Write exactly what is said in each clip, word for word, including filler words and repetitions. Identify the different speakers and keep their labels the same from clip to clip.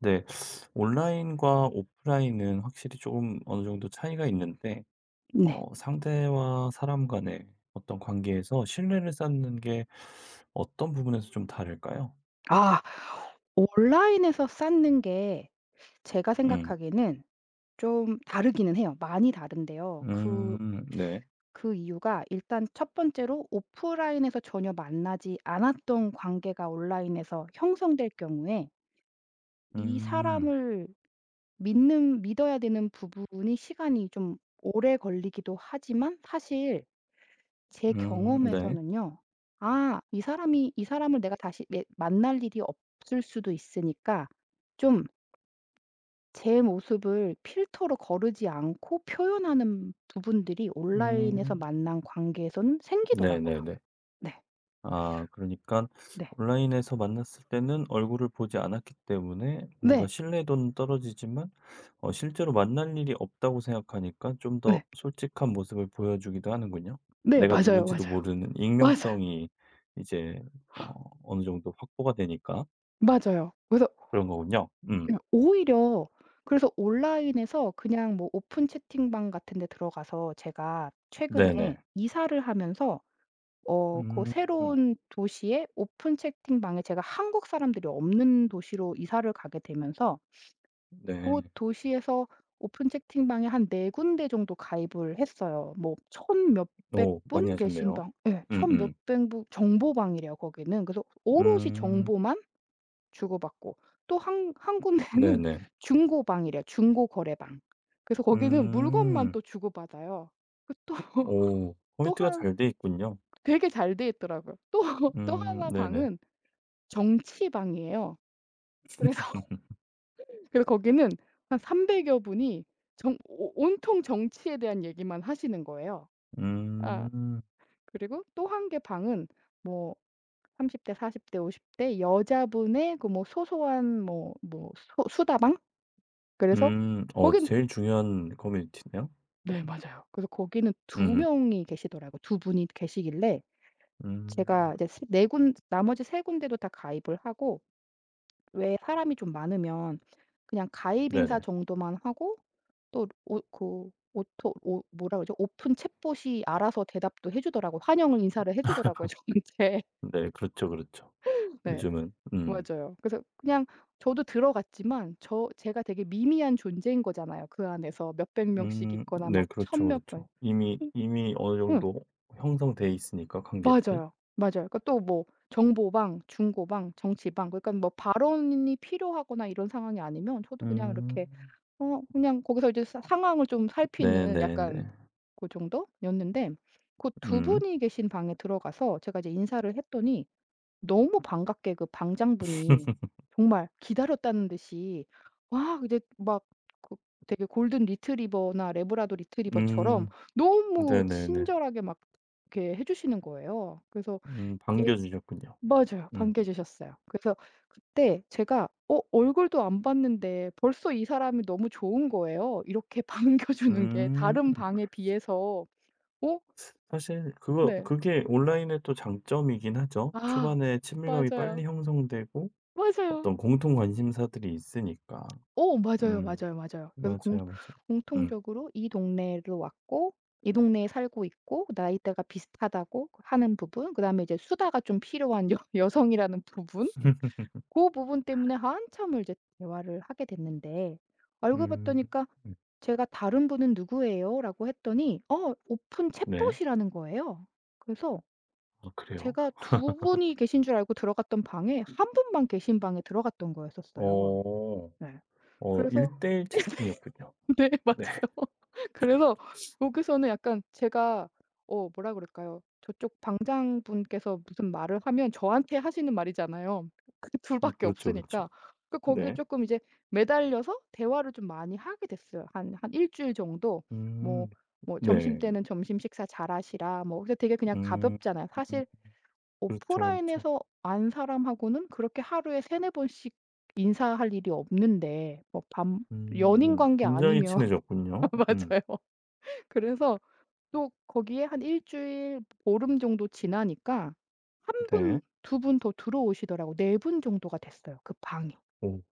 Speaker 1: 네. 온라인과 오프라인은 확실히 조금 어느 정도 차이가 있는데
Speaker 2: 네.
Speaker 1: 어 상대와 사람 간의 어떤 관계에서 신뢰를 쌓는 게 어떤 부분에서 좀 다를까요?
Speaker 2: 아 온라인에서 쌓는 게 제가
Speaker 1: 음.
Speaker 2: 생각하기에는 좀 다르기는 해요. 많이 다른데요. 그
Speaker 1: 음. 네.
Speaker 2: 그 이유가 일단 첫 번째로 오프라인에서 전혀 만나지 않았던 관계가 온라인에서 형성될 경우에 이
Speaker 1: 음.
Speaker 2: 사람을 믿는 믿어야 되는 부분이 시간이 좀 오래 걸리기도 하지만 사실 제
Speaker 1: 음. 네.
Speaker 2: 경험에서는요. 아 이 사람이 이 사람을 내가 다시 매 만날 일이 없을 수도 있으니까 좀 제 모습을 필터로 거르지 않고 표현하는 부분들이 온라인에서
Speaker 1: 음.
Speaker 2: 만난 관계에서는 생기더라고요.
Speaker 1: 네네네.
Speaker 2: 네.
Speaker 1: 아 그러니까
Speaker 2: 네.
Speaker 1: 온라인에서 만났을 때는 얼굴을 보지 않았기 때문에 뭔가
Speaker 2: 네.
Speaker 1: 신뢰도는 떨어지지만 어 실제로 만날 일이 없다고 생각하니까 좀 더
Speaker 2: 네.
Speaker 1: 솔직한 모습을 보여주기도 하는군요.
Speaker 2: 네.
Speaker 1: 내가
Speaker 2: 맞아요,
Speaker 1: 누군지도
Speaker 2: 맞아요.
Speaker 1: 모르는
Speaker 2: 맞아요.
Speaker 1: 익명성이 이제 어 어느 정도 확보가 되니까
Speaker 2: 맞아요. 그래서
Speaker 1: 그런 거군요. 음.
Speaker 2: 그냥 오히려 그래서 온라인에서 그냥 뭐 오픈 채팅방 같은 데 들어가서 제가 최근에
Speaker 1: 네네.
Speaker 2: 이사를 하면서 어 그
Speaker 1: 음.
Speaker 2: 새로운 도시에 오픈 채팅방에 제가 한국 사람들이 없는 도시로 이사를 가게 되면서 그
Speaker 1: 네.
Speaker 2: 도시에서 오픈 채팅방에 한 네 군데 정도 가입을 했어요. 뭐 천 몇백
Speaker 1: 오 많이
Speaker 2: 분 계신
Speaker 1: 하셨네요.
Speaker 2: 방 예 천
Speaker 1: 음음.
Speaker 2: 몇백 분 정보방이래요 거기는. 그래서 오롯이
Speaker 1: 음. 음,
Speaker 2: 정보만 주고받고 또 한 한 군데는
Speaker 1: 네네.
Speaker 2: 중고방이래요, 중고거래방. 그래서 거기는 물건만
Speaker 1: 음.
Speaker 2: 또 주고받아요. 그 또
Speaker 1: 오.
Speaker 2: 또
Speaker 1: 커뮤니티가 잘 돼 있군요.
Speaker 2: 되게 잘 돼 있더라고요. 또 또
Speaker 1: 음
Speaker 2: 나
Speaker 1: 네네.
Speaker 2: 방은 정치 방이에요. 그래서 그래서 거기는 한 삼백여 분이 정 오 온통 정치에 대한 얘기만 하시는 거예요. 아
Speaker 1: 음.
Speaker 2: 그리고 또 한 개 방은 뭐 삼십 대, 사십 대, 오십 대 여자분의 그 뭐 소소한 뭐 뭐 수다방? 그래서
Speaker 1: 음. 어
Speaker 2: 거긴
Speaker 1: 제일 중요한 커뮤니티네요.
Speaker 2: 네 맞아요. 그래서 거기는 두
Speaker 1: 음.
Speaker 2: 명이 계시더라고요. 두 분이 계시길래
Speaker 1: 음.
Speaker 2: 제가 이제 스군 나머지 세 군데도 다 가입을 하고 왜 사람이 좀 많으면 그냥 가입 인사
Speaker 1: 네네.
Speaker 2: 정도만 하고 또 오 그 오토 오 뭐라 그러죠? 오픈 챗봇이 알아서 대답도 해주더라고 환영을 인사를 해 주더라고요 저한테.
Speaker 1: 네 그렇죠, 그렇죠.
Speaker 2: 네.
Speaker 1: 요즘은 음.
Speaker 2: 맞아요. 그래서 그냥 저도 들어갔지만 저 제가 되게 미미한 존재인 거잖아요 그 안에서. 몇백 명씩
Speaker 1: 음
Speaker 2: 있거나
Speaker 1: 네
Speaker 2: 막 천
Speaker 1: 그렇죠,
Speaker 2: 몇 번
Speaker 1: 그렇죠. 이미
Speaker 2: 응
Speaker 1: 이미 어느
Speaker 2: 응.
Speaker 1: 정도 형성돼 있으니까 관계들이.
Speaker 2: 맞아요. 맞아요. 그러니까 또 뭐 정보방, 중고방, 정치방 그러니까 뭐 발언이 필요하거나 이런 상황이 아니면 저도 그냥 이렇게
Speaker 1: 음.
Speaker 2: 어 그냥 거기서 이제 사 상황을 좀 살피는
Speaker 1: 네네네.
Speaker 2: 약간 그 정도였는데 그 두
Speaker 1: 음.
Speaker 2: 분이 계신 방에 들어가서 제가 이제 인사를 했더니 너무 반갑게 그 방장분이 정말 기다렸다는 듯이 와 이제 막그 되게 골든 리트리버나 레브라도 리트리버처럼
Speaker 1: 음.
Speaker 2: 너무
Speaker 1: 네네네.
Speaker 2: 친절하게 막 이렇게 해 주시는 거예요. 그래서
Speaker 1: 음
Speaker 2: 예
Speaker 1: 반겨 주셨군요.
Speaker 2: 맞아요. 반
Speaker 1: 음.
Speaker 2: 겨 주셨어요. 그래서 그때 제가 어 얼굴도 안 봤는데 벌써 이 사람이 너무 좋은 거예요. 이렇게 반겨 주는 게
Speaker 1: 음.
Speaker 2: 다른 방에 비해서. 어
Speaker 1: 사실 그거
Speaker 2: 네.
Speaker 1: 그게 온라인의 또 장점이긴 하죠.
Speaker 2: 아
Speaker 1: 초반에 친밀감이
Speaker 2: 맞아요.
Speaker 1: 빨리 형성되고
Speaker 2: 맞아요.
Speaker 1: 어떤 공통 관심사들이 있으니까.
Speaker 2: 오 맞아요,
Speaker 1: 음.
Speaker 2: 맞아요, 맞아요. 그래서 공
Speaker 1: 맞아요, 맞아요. 음.
Speaker 2: 공통적으로 이 동네로 왔고 이 동네에 살고 있고 나이대가 비슷하다고 하는 부분 그다음에 이제 수다가 좀 필요한 여 여성이라는 부분 그 부분 때문에 한참을 이제 대화를 하게 됐는데 알고
Speaker 1: 음.
Speaker 2: 봤더니까
Speaker 1: 음.
Speaker 2: 제가 "다른 분은 누구예요?"라고 했더니 어 오픈
Speaker 1: 네.
Speaker 2: 챗봇이라는 거예요. 그래서
Speaker 1: 아 그래요?
Speaker 2: 제가 두 분이 계신 줄 알고 들어갔던 방에 한 분만 계신 방에 들어갔던 거였었어요.
Speaker 1: 어.
Speaker 2: 네.
Speaker 1: 어
Speaker 2: 그래서
Speaker 1: 대일 채팅이었군요.
Speaker 2: 네
Speaker 1: 네.
Speaker 2: 맞아요. 그래서 여기서는 약간 제가 어 뭐라 그럴까요? 저쪽 방장분께서 무슨 말을 하면 저한테 하시는 말이잖아요. 그 둘
Speaker 1: 음
Speaker 2: 밖에
Speaker 1: 그렇죠,
Speaker 2: 없으니까.
Speaker 1: 그렇죠.
Speaker 2: 그 거기에
Speaker 1: 네.
Speaker 2: 조금 이제 매달려서 대화를 좀 많이 하게 됐어요. 한 한 일 주일 정도 뭐
Speaker 1: 음.
Speaker 2: 뭐
Speaker 1: 네.
Speaker 2: "점심때는 점심 식사 잘하시라." 뭐 근데 되게 그냥
Speaker 1: 음.
Speaker 2: 가볍잖아요.
Speaker 1: 음,
Speaker 2: 사실
Speaker 1: 그렇죠, 그렇죠.
Speaker 2: 오프라인에서 안 사람하고는 그렇게 하루에 세네 번씩 인사할 일이 없는데 뭐 밤 연인
Speaker 1: 음.
Speaker 2: 관계
Speaker 1: 굉장히
Speaker 2: 아니면
Speaker 1: 친해졌군요. 음.
Speaker 2: 맞아요. 그래서 또 거기에 한 일 주일 보름 정도 지나니까 한
Speaker 1: 네.
Speaker 2: 분, 두 분 더 들어오시더라고요. 분 정도가 됐어요, 그 방이.
Speaker 1: 오.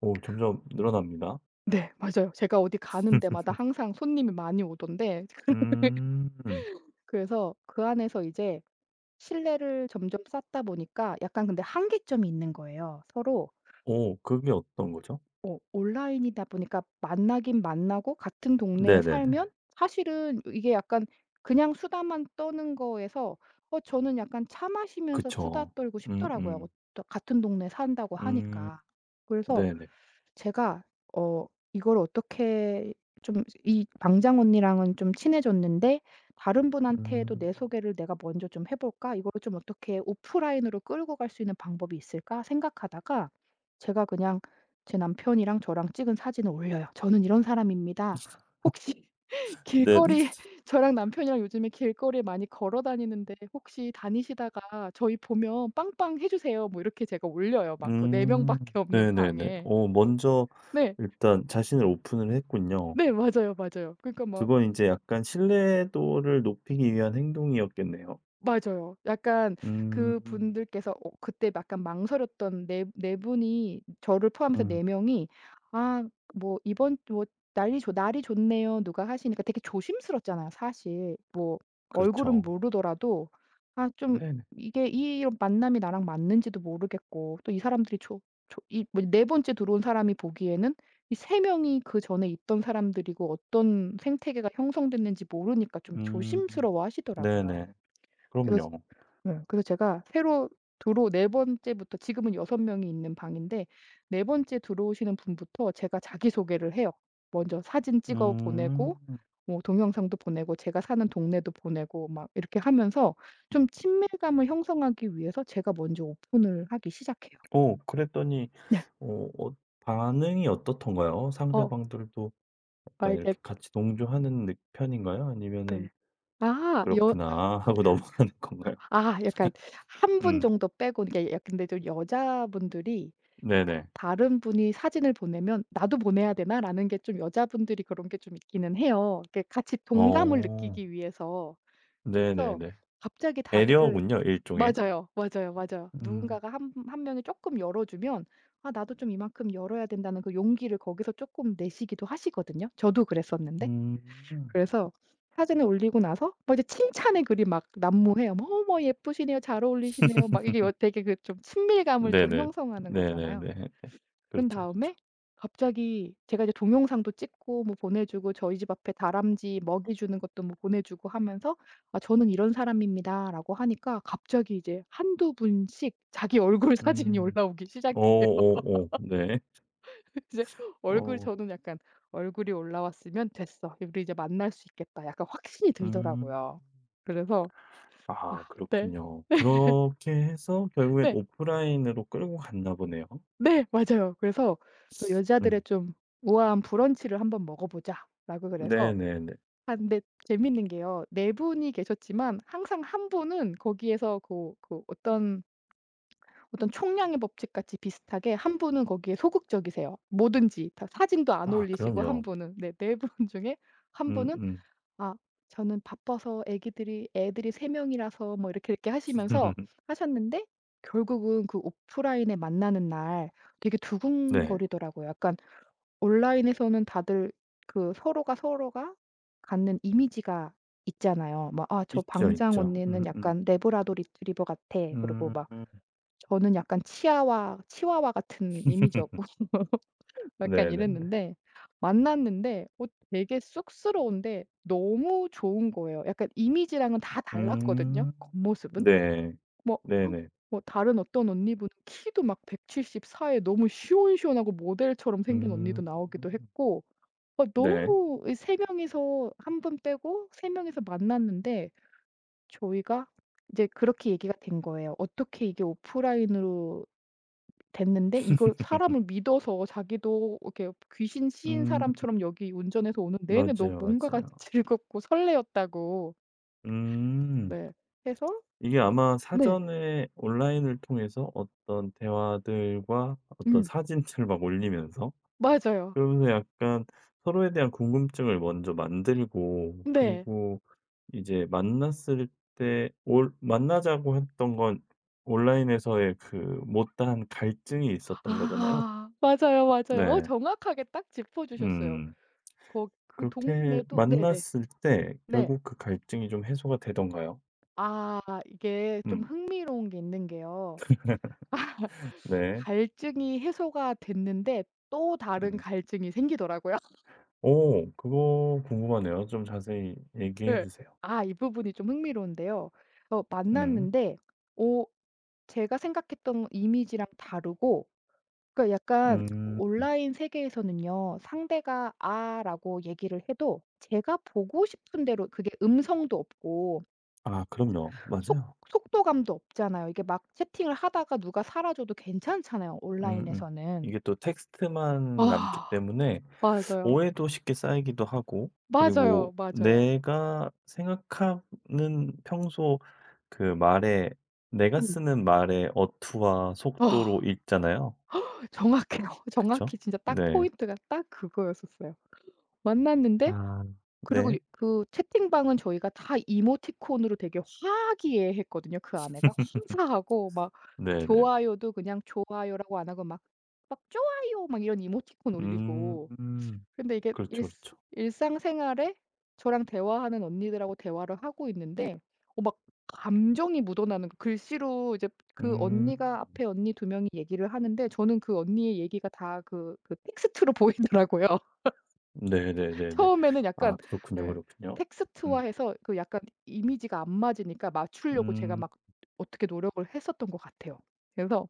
Speaker 1: 오 점점 늘어납니다.
Speaker 2: 네 맞아요. 제가 어디 가는 데마다 항상 손님이 많이 오던데
Speaker 1: 음.
Speaker 2: 그래서 그 안에서 이제 신뢰를 점점 쌓다 보니까 약간 근데 한계점이 있는 거예요, 서로.
Speaker 1: 오 그게 어떤 거죠?
Speaker 2: 어 온라인이다 보니까 만나긴 만나고 같은 동네에
Speaker 1: 네네네.
Speaker 2: 살면 사실은 이게 약간 그냥 수다만 떠는 거에서 어 저는 약간 차 마시면서 수다
Speaker 1: 그쵸.
Speaker 2: 떨고
Speaker 1: 음음.
Speaker 2: 싶더라고요. 어
Speaker 1: 음.
Speaker 2: 또 같은 동네에 산다고
Speaker 1: 음,
Speaker 2: 하니까. 그래서
Speaker 1: 네네.
Speaker 2: 제가 어 이걸 어떻게 좀 이 방장 언니랑은 좀 친해졌는데 '다른 분한테도
Speaker 1: 음.
Speaker 2: 내 소개를 내가 먼저 좀 해 볼까? 이걸 좀 어떻게 오프라인으로 끌고 갈 수 있는 방법이 있을까?' 생각하다가 제가 그냥 제 남편이랑 저랑 찍은 사진을 올려요. "저는 이런 사람입니다. 혹시 길거
Speaker 1: 네네.
Speaker 2: 리 저랑 남편이랑 요즘에 길거리에 많이 걸어 다니는데 "혹시 다니시다가 저희 보면 빵빵 해 주세요." 뭐 이렇게 제가 올려요 막 그 네
Speaker 1: 음.
Speaker 2: 명밖에 없는
Speaker 1: 네네네.
Speaker 2: 방에.
Speaker 1: 어 먼저
Speaker 2: 네.
Speaker 1: 일단 자신을 오픈을 했군요.
Speaker 2: 네 맞아요, 맞아요. 그러니까 막
Speaker 1: 그건 이제 약간 신뢰도를 높이기 위한 행동이었겠네요.
Speaker 2: 맞아요. 약간
Speaker 1: 음.
Speaker 2: 그분들께서 어 그때 약간 망설였던 네 네 분이 저를 포함해서
Speaker 1: 음.
Speaker 2: 네 명이 "아 뭐 이번 뭐 날이 좋 날이 좋네요." 누가 하시니까 되게 조심스럽잖아요 사실. 뭐 얼굴은
Speaker 1: 그렇죠.
Speaker 2: 모르더라도 아 좀
Speaker 1: 네네.
Speaker 2: 이게 이 만남이 나랑 맞는지도 모르겠고 또 이 사람들이 조 조 이 뭐 네 번째 들어온 사람이 보기에는 이 세 명이 그전에 있던 사람들이고 어떤 생태계가 형성됐는지 모르니까 좀
Speaker 1: 음.
Speaker 2: 조심스러워하시더라고요.
Speaker 1: 네네. 그럼요.
Speaker 2: 네. 그래서 제가 새로 들어 네 번째부터 지금은 여섯 명이 있는 방인데 네 번째 들어오시는 분부터 제가 자기소개를 해요. 먼저 사진 찍어 보내고
Speaker 1: 음.
Speaker 2: 뭐 동영상도 보내고 제가 사는 동네도 보내고 막 이렇게 하면서 좀 친밀감을 형성하기 위해서 제가 먼저 오픈을 하기 시작해요.
Speaker 1: 어 그랬더니
Speaker 2: 네.
Speaker 1: 어 어 반응이 어떻던가요?
Speaker 2: 어
Speaker 1: 상대방들도 약간
Speaker 2: 알겠
Speaker 1: 이렇게 같이 동조하는 느 편인가요? 아니면은
Speaker 2: 네. 아여
Speaker 1: '그렇구나.' 하고 넘어가는
Speaker 2: 아
Speaker 1: 건가요?
Speaker 2: 아 약간 한 분
Speaker 1: 음.
Speaker 2: 정도 빼고 이게 약 근데 좀 여자분들이 약간
Speaker 1: 네네.
Speaker 2: 다른 분이 사진을 보내면 '나도 보내야 되나?'라는 게 좀 여자분들이 그런 게 좀 있기는 해요. 이렇게 같이 동감을
Speaker 1: 어.
Speaker 2: 느끼기 위해서. 그래서
Speaker 1: 네네네.
Speaker 2: 갑자기 다들
Speaker 1: 배려군요, 일종의.
Speaker 2: 맞아요. 맞아요, 맞아요.
Speaker 1: 음.
Speaker 2: 누군가가 한 한 명이 쪼끔 열어주면 '아 나도 좀 이만큼 열어야 된다.'는 그 용기를 거기서 쪼끔 내시기도 하시거든요. 저도 그랬었는데.
Speaker 1: 음.
Speaker 2: 그래서 사진을 올리고 나서 막 이제 칭찬의 글이 막 난무해요. 뭐 "어머 예쁘시네요. 잘 어울리시네요." 막 이게 여- 되게 그 좀 친밀감을 좀
Speaker 1: 네네.
Speaker 2: 형성하는
Speaker 1: 네네네.
Speaker 2: 거잖아요.
Speaker 1: 예.
Speaker 2: 그런
Speaker 1: 그렇죠, 그렇죠.
Speaker 2: 다음에 갑자기 제가 이제 동영상도 찍고 뭐 보내주고 저희 집 앞에 다람쥐 먹이 주는 것도 뭐 보내주고 하면서 "아 저는 이런 사람입니다."라고 하니까 갑자기 이제 한두 분씩 자기 얼굴 사진이
Speaker 1: 음.
Speaker 2: 올라오기
Speaker 1: 오
Speaker 2: 시작해요.
Speaker 1: 오오 네.
Speaker 2: 이제 얼굴
Speaker 1: 어.
Speaker 2: 저는 약간 '얼굴이 올라왔으면 됐어. 우리 이제 만날 수 있겠다.' 약간 확신이
Speaker 1: 음.
Speaker 2: 들더라고요. 그래서
Speaker 1: 아
Speaker 2: 아. 네.
Speaker 1: 그렇군요. 그렇게 해서 결국엔
Speaker 2: 네.
Speaker 1: 오프라인으로 끌고 갔나 보네요.
Speaker 2: 네. 맞아요. 그래서 또
Speaker 1: 음.
Speaker 2: "여자들의 좀 우아한 브런치를 한번 먹어보자."라고 그래서
Speaker 1: 네네네.
Speaker 2: 아 근데 재밌는 게요. 네 분이 계셨지만 항상 한 분은 거기에서 그 그 어떤 어떤 총량의 법칙 같이 비슷하게 한 분은 거기에 소극적이세요. 뭐든지 다 사진도 안
Speaker 1: 아
Speaker 2: 올리시고 한
Speaker 1: 그럼요.
Speaker 2: 분은. 네. 네 분 중에 한 분은
Speaker 1: 음음.
Speaker 2: 아 저는 바빠서 애기들이 애들이 세 명이라서 뭐 이렇게, 이렇게 하시면서 하셨는데 결국은 그 오프라인에 만나는 날 되게
Speaker 1: 네.
Speaker 2: 두근거리더라고요. 약간 온라인에서는 다들 그 서로가 서로가 갖는 이미지가 있잖아요. 막 "아 저
Speaker 1: 있죠,
Speaker 2: 방장
Speaker 1: 있죠.
Speaker 2: 언니는
Speaker 1: 음음.
Speaker 2: 약간 레브라도 리트리버 같아." 그리고
Speaker 1: 음.
Speaker 2: 막
Speaker 1: 음.
Speaker 2: "저는 약간 치아와 치와와 같은 이미지였고." 약간
Speaker 1: 네네네.
Speaker 2: 이랬는데 만났는데 어 되게 쑥스러운데 너무 좋은 거예요. 약간 이미지랑은 다 달랐거든요,
Speaker 1: 음.
Speaker 2: 겉모습은.
Speaker 1: 네.
Speaker 2: 뭐
Speaker 1: 네네.
Speaker 2: 뭐 다른 어떤 언니분은 키도 막 백칠십사에 너무 시원시원하고 모델처럼 생긴 언니도
Speaker 1: 음.
Speaker 2: 나오기도 했고 어
Speaker 1: 네.
Speaker 2: 너무 이 명이서 한 분 빼고 세 명이서 만났는데 저희가 이제 그렇게 얘기가 된 거예요. "어떻게 이게 오프라인으로 됐는데 이걸 사람을 믿어서 자기도 이렇게 귀신 씌인
Speaker 1: 음.
Speaker 2: 사람처럼 여기 운전해서 오는 내내 너
Speaker 1: 맞아요,
Speaker 2: 뭔가가
Speaker 1: 맞아요.
Speaker 2: 즐겁고 설레었다고
Speaker 1: 음.
Speaker 2: 네 해서
Speaker 1: 이게 아마
Speaker 2: 네.
Speaker 1: 사전에 온라인을 통해서 어떤 대화들과 어떤
Speaker 2: 음
Speaker 1: 사진들을 막 올리면서
Speaker 2: 맞아요.
Speaker 1: 그러면서 약간 서로에 대한 궁금증을 먼저 만들고
Speaker 2: 네.
Speaker 1: 그리고 이제 만났을 때 올 만나자고 했던 건 온라인에서의 그 못다한 갈증이 있었던 거잖아요.
Speaker 2: 아 맞아요, 맞아요. 어
Speaker 1: 네.
Speaker 2: 정확하게 딱 짚어 주셨어요.
Speaker 1: 음.
Speaker 2: 거 그
Speaker 1: 그렇게
Speaker 2: 동네도 네네.
Speaker 1: 만났을 때
Speaker 2: 네.
Speaker 1: 결국 그 갈증이 좀 해소가 되던가요?
Speaker 2: 아 이게 좀
Speaker 1: 음.
Speaker 2: 흥미로운 게 있는 게요.
Speaker 1: 네.
Speaker 2: 갈증이 해소가 됐는데 또 다른
Speaker 1: 음.
Speaker 2: 갈증이 생기더라고요.
Speaker 1: 오 그거 궁금하네요. 좀 자세히 얘기해
Speaker 2: 예.
Speaker 1: 주세요.
Speaker 2: 아 이 부분이 좀 흥미로운데요. 어
Speaker 1: 음.
Speaker 2: 만났는데 오 제가 생각했던 이미지랑 다르고 그러니까 약간
Speaker 1: 음.
Speaker 2: 온라인 세계에서는요. 상대가 "아."라고 얘기를 해도 제가 보고 싶은 대로 그게 음성도 없고
Speaker 1: 아 그럼요.
Speaker 2: 속
Speaker 1: 맞아요.
Speaker 2: 속도감도 없잖아요. 이게 막 채팅을 하다가 누가 사라져도 괜찮잖아요,
Speaker 1: 음음.
Speaker 2: 온라인에서는.
Speaker 1: 이게 또 텍스트만 남기
Speaker 2: 아
Speaker 1: 때문에
Speaker 2: 맞아요.
Speaker 1: 오해도 쉽게 쌓이기도 하고
Speaker 2: 맞아요,
Speaker 1: 그리고
Speaker 2: 맞아요.
Speaker 1: 내가 생각하는 평소 그 말에 내가
Speaker 2: 음.
Speaker 1: 쓰는 말의 어투와
Speaker 2: 어
Speaker 1: 속도로 읽잖아요.
Speaker 2: 정확해요.
Speaker 1: 그쵸?
Speaker 2: 정확히 진짜 딱
Speaker 1: 네.
Speaker 2: 포인트가 딱 그거였었어요. 만났는데
Speaker 1: 아
Speaker 2: 그리고
Speaker 1: 네.
Speaker 2: 유 그 채팅방은 저희가 다 이모티콘으로 되게 화기애애했거든요, 그 아내가. 화사하고 막
Speaker 1: 네네.
Speaker 2: 좋아요도 그냥 좋아요라고 안 하고 막 막 "좋아요." 막 이런 이모티콘 올리고.
Speaker 1: 음.
Speaker 2: 근데 이게 일
Speaker 1: 그렇죠, 그렇죠.
Speaker 2: 일상생활에 저랑 대화하는 언니들하고 대화를 하고 있는데 어 막 감정이 묻어나는 거 글씨로 이제 그
Speaker 1: 음.
Speaker 2: 언니가 앞에 언니 두 명이 얘기를 하는데 저는 그 언니의 얘기가 다 그 그 텍스트로 보이더라고요.
Speaker 1: 네네네네.
Speaker 2: 처음에는 약간
Speaker 1: 아 그렇군요,
Speaker 2: 예.
Speaker 1: 그렇군요. 음.
Speaker 2: 텍스트화해서 그 약간 이미지가 안 맞으니까 맞추려고 제가
Speaker 1: 음.
Speaker 2: 막 어떻게 노력을 했었던 것 같아요. 그래서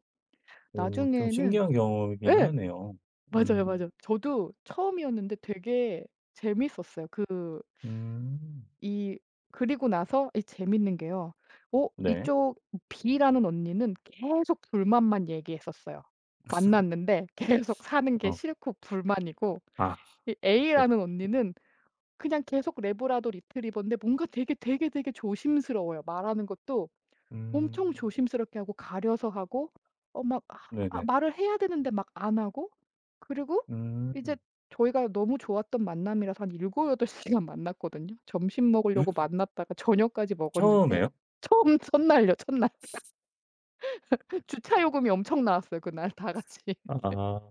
Speaker 1: 오 좀
Speaker 2: 나중에는
Speaker 1: 신기한 경험이긴
Speaker 2: 예.
Speaker 1: 하네요.
Speaker 2: 맞아요,
Speaker 1: 음.
Speaker 2: 맞아요. 저도 처음이었는데 되게 재밌었어요. 그
Speaker 1: 음.
Speaker 2: 이 그리고 나서 이 재밌는 게요. 어
Speaker 1: 네.
Speaker 2: 이쪽 B라는 언니는 계속 불만만 얘기했었어요. 만났는데 계속 사는 게
Speaker 1: 어.
Speaker 2: 싫고 불만이고
Speaker 1: 아
Speaker 2: 이
Speaker 1: 네.
Speaker 2: A라는 언니는 그냥 계속 레브라도 리트리버인데 뭔가 되게 되게 되게 조심스러워요. 말하는 것도 엄청
Speaker 1: 음.
Speaker 2: 조심스럽게 하고 가려서 하고 어막 아
Speaker 1: 네네.
Speaker 2: 말을 해야 되는데 막 안 하고 그리고 이제
Speaker 1: 음.
Speaker 2: 저희가 너무 좋았던 만남이라서 한 일곱여덟 시간 만났거든요. 점심
Speaker 1: 음?
Speaker 2: 먹으려고 만났다가 저녁까지 먹었는데
Speaker 1: 처음에요?
Speaker 2: 처음 첫날요, 첫날. 주차 요금이 엄청 나왔어요, 그날 다 같이.
Speaker 1: 아.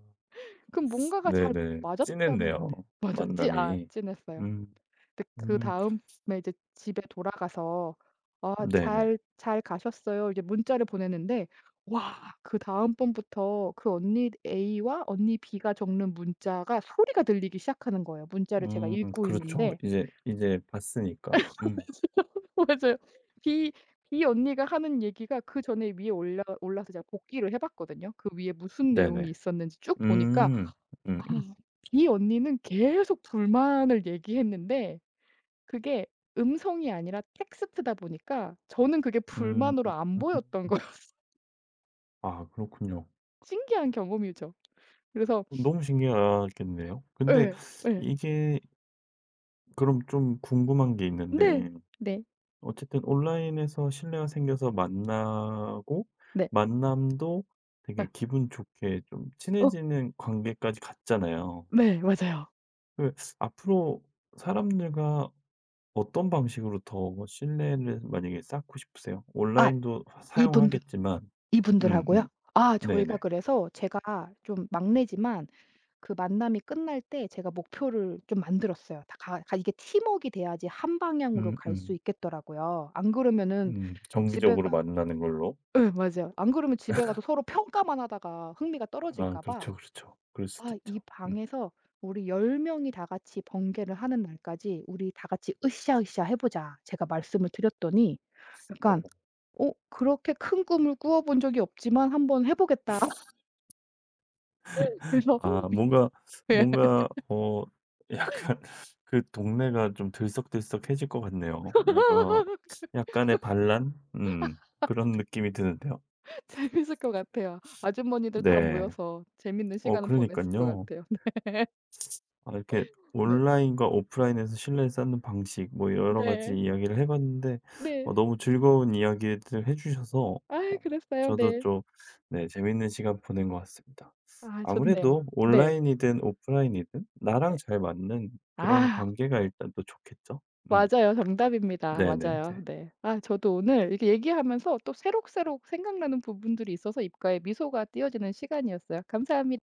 Speaker 2: 그럼 뭔가가 잘
Speaker 1: 네네.
Speaker 2: 맞았다는 건데.
Speaker 1: 찐했네요,
Speaker 2: 맞아요. 찌 아
Speaker 1: 만남이.
Speaker 2: 찐했어요.
Speaker 1: 음.
Speaker 2: 근데
Speaker 1: 음.
Speaker 2: 그다음에 이제 집에 돌아가서 "아
Speaker 1: 네네.
Speaker 2: 잘 잘 가셨어요." 이제 문자를 보냈는데 와 그다음 번부터 그 언니 A와 언니 B가 적는 문자가 소리가 들리기 시작하는 거예요. 문자를 제가
Speaker 1: 음
Speaker 2: 읽고
Speaker 1: 그렇죠.
Speaker 2: 있는데
Speaker 1: 이제 이제 봤으니까. 음.
Speaker 2: 맞아요. B B 언니가 하는 얘기가 그전에 위에 올라 올라서 제가 복기를 해 봤거든요. 그 위에 무슨 내용이
Speaker 1: 네네.
Speaker 2: 있었는지 쭉 보니까
Speaker 1: 음.
Speaker 2: 아
Speaker 1: 음음.
Speaker 2: B 언니는 계속 불만을 얘기했는데 그게 음성이 아니라 텍스트다 보니까 저는 그게
Speaker 1: 음.
Speaker 2: 불만으로 안 보였던 거였어요.
Speaker 1: 아 그렇군요.
Speaker 2: 신기한 경험이죠. 그래서
Speaker 1: 너무 신기하겠네요. 근데
Speaker 2: 예. 예.
Speaker 1: 이게 그럼 좀 궁금한 게
Speaker 2: "네.
Speaker 1: 있는데
Speaker 2: 네.
Speaker 1: 어쨌든 온라인에서 신뢰가 생겨서 만나고
Speaker 2: 네.
Speaker 1: 만남도
Speaker 2: 어.
Speaker 1: 되게 기분 좋게 좀
Speaker 2: 어.
Speaker 1: 친해지는 관계까지 갔잖아요.
Speaker 2: 네. 맞아요."
Speaker 1: 그 앞으로 사람들과 어떤 방식으로 더 신뢰를 만약에 쌓고 싶으세요?
Speaker 2: "아
Speaker 1: 온라인도
Speaker 2: 이분들
Speaker 1: 사용하겠지만
Speaker 2: 이분들하고요?"
Speaker 1: 음음.
Speaker 2: 아 저희가
Speaker 1: 네네.
Speaker 2: 그래서 제가 좀 막내지만 그 만남이 끝날 때 제가 목표를 좀 만들었어요. 다 가 가 이게 팀웍이 돼야지 한 방향으로
Speaker 1: 음음.
Speaker 2: 갈 수
Speaker 1: 음.
Speaker 2: 있겠더라고요. 안 그러면은
Speaker 1: 음,
Speaker 2: 집에
Speaker 1: 정기적으로
Speaker 2: 가
Speaker 1: 만나는 걸로.
Speaker 2: 예 맞아요. 안 그러면 집에 가서 서로 평가만 하다가 흥미가
Speaker 1: 아
Speaker 2: 떨어질까 봐
Speaker 1: 그렇죠, 그렇죠. 그럴 수도
Speaker 2: '아 이
Speaker 1: 있죠. 음.
Speaker 2: 방에서 우리 열 명이 다 같이 번개를 하는 날까지 우리 다 같이 으쌰으쌰 해 보자.' 제가 말씀을 드렸더니 약간
Speaker 1: 어.
Speaker 2: "어 그렇게 큰 꿈을 꾸어 본 적이 없지만 한번 해 보겠다." 그래서
Speaker 1: 아 뭔가
Speaker 2: 예.
Speaker 1: 뭔가 어 약간 그 동네가 좀 들썩들썩해질 것 같네요. 뭔가 약간의 반란? 음 그런 느낌이 드는데요.
Speaker 2: 재밌을 것 같아요. 아주머니들 다
Speaker 1: 네.
Speaker 2: 모여서 재밌는
Speaker 1: 어
Speaker 2: 시간을 보냈을 것
Speaker 1: 그러니깐요.
Speaker 2: 같아요.
Speaker 1: 아 이렇게
Speaker 2: 네네.
Speaker 1: 온라인과 오프라인에서 신뢰를 쌓는 방식 뭐 여러 가지
Speaker 2: 네.
Speaker 1: 이야기를 해 봤는데
Speaker 2: 네.
Speaker 1: 어 너무 즐거운 이야기들 해 주셔서
Speaker 2: 아
Speaker 1: 어
Speaker 2: 그랬어요.
Speaker 1: 저도
Speaker 2: 네.
Speaker 1: 좀 네 재밌는 시간 보낸 것 같습니다.
Speaker 2: 아
Speaker 1: 아무래도
Speaker 2: 좋네요. 네.
Speaker 1: 온라인이든 오프라인이든 나랑
Speaker 2: 네.
Speaker 1: 잘 맞는 그런
Speaker 2: 아.
Speaker 1: 관계가 일단 또 좋겠죠? 음.
Speaker 2: 맞아요. 정답입니다. 맞아요.
Speaker 1: 네네네.
Speaker 2: 네. 아 저도 오늘 이렇게 얘기하면서 또 새록새록 생각나는 부분들이 있어서 입가에 미소가 띄어지는 시간이었어요. 감사합니 다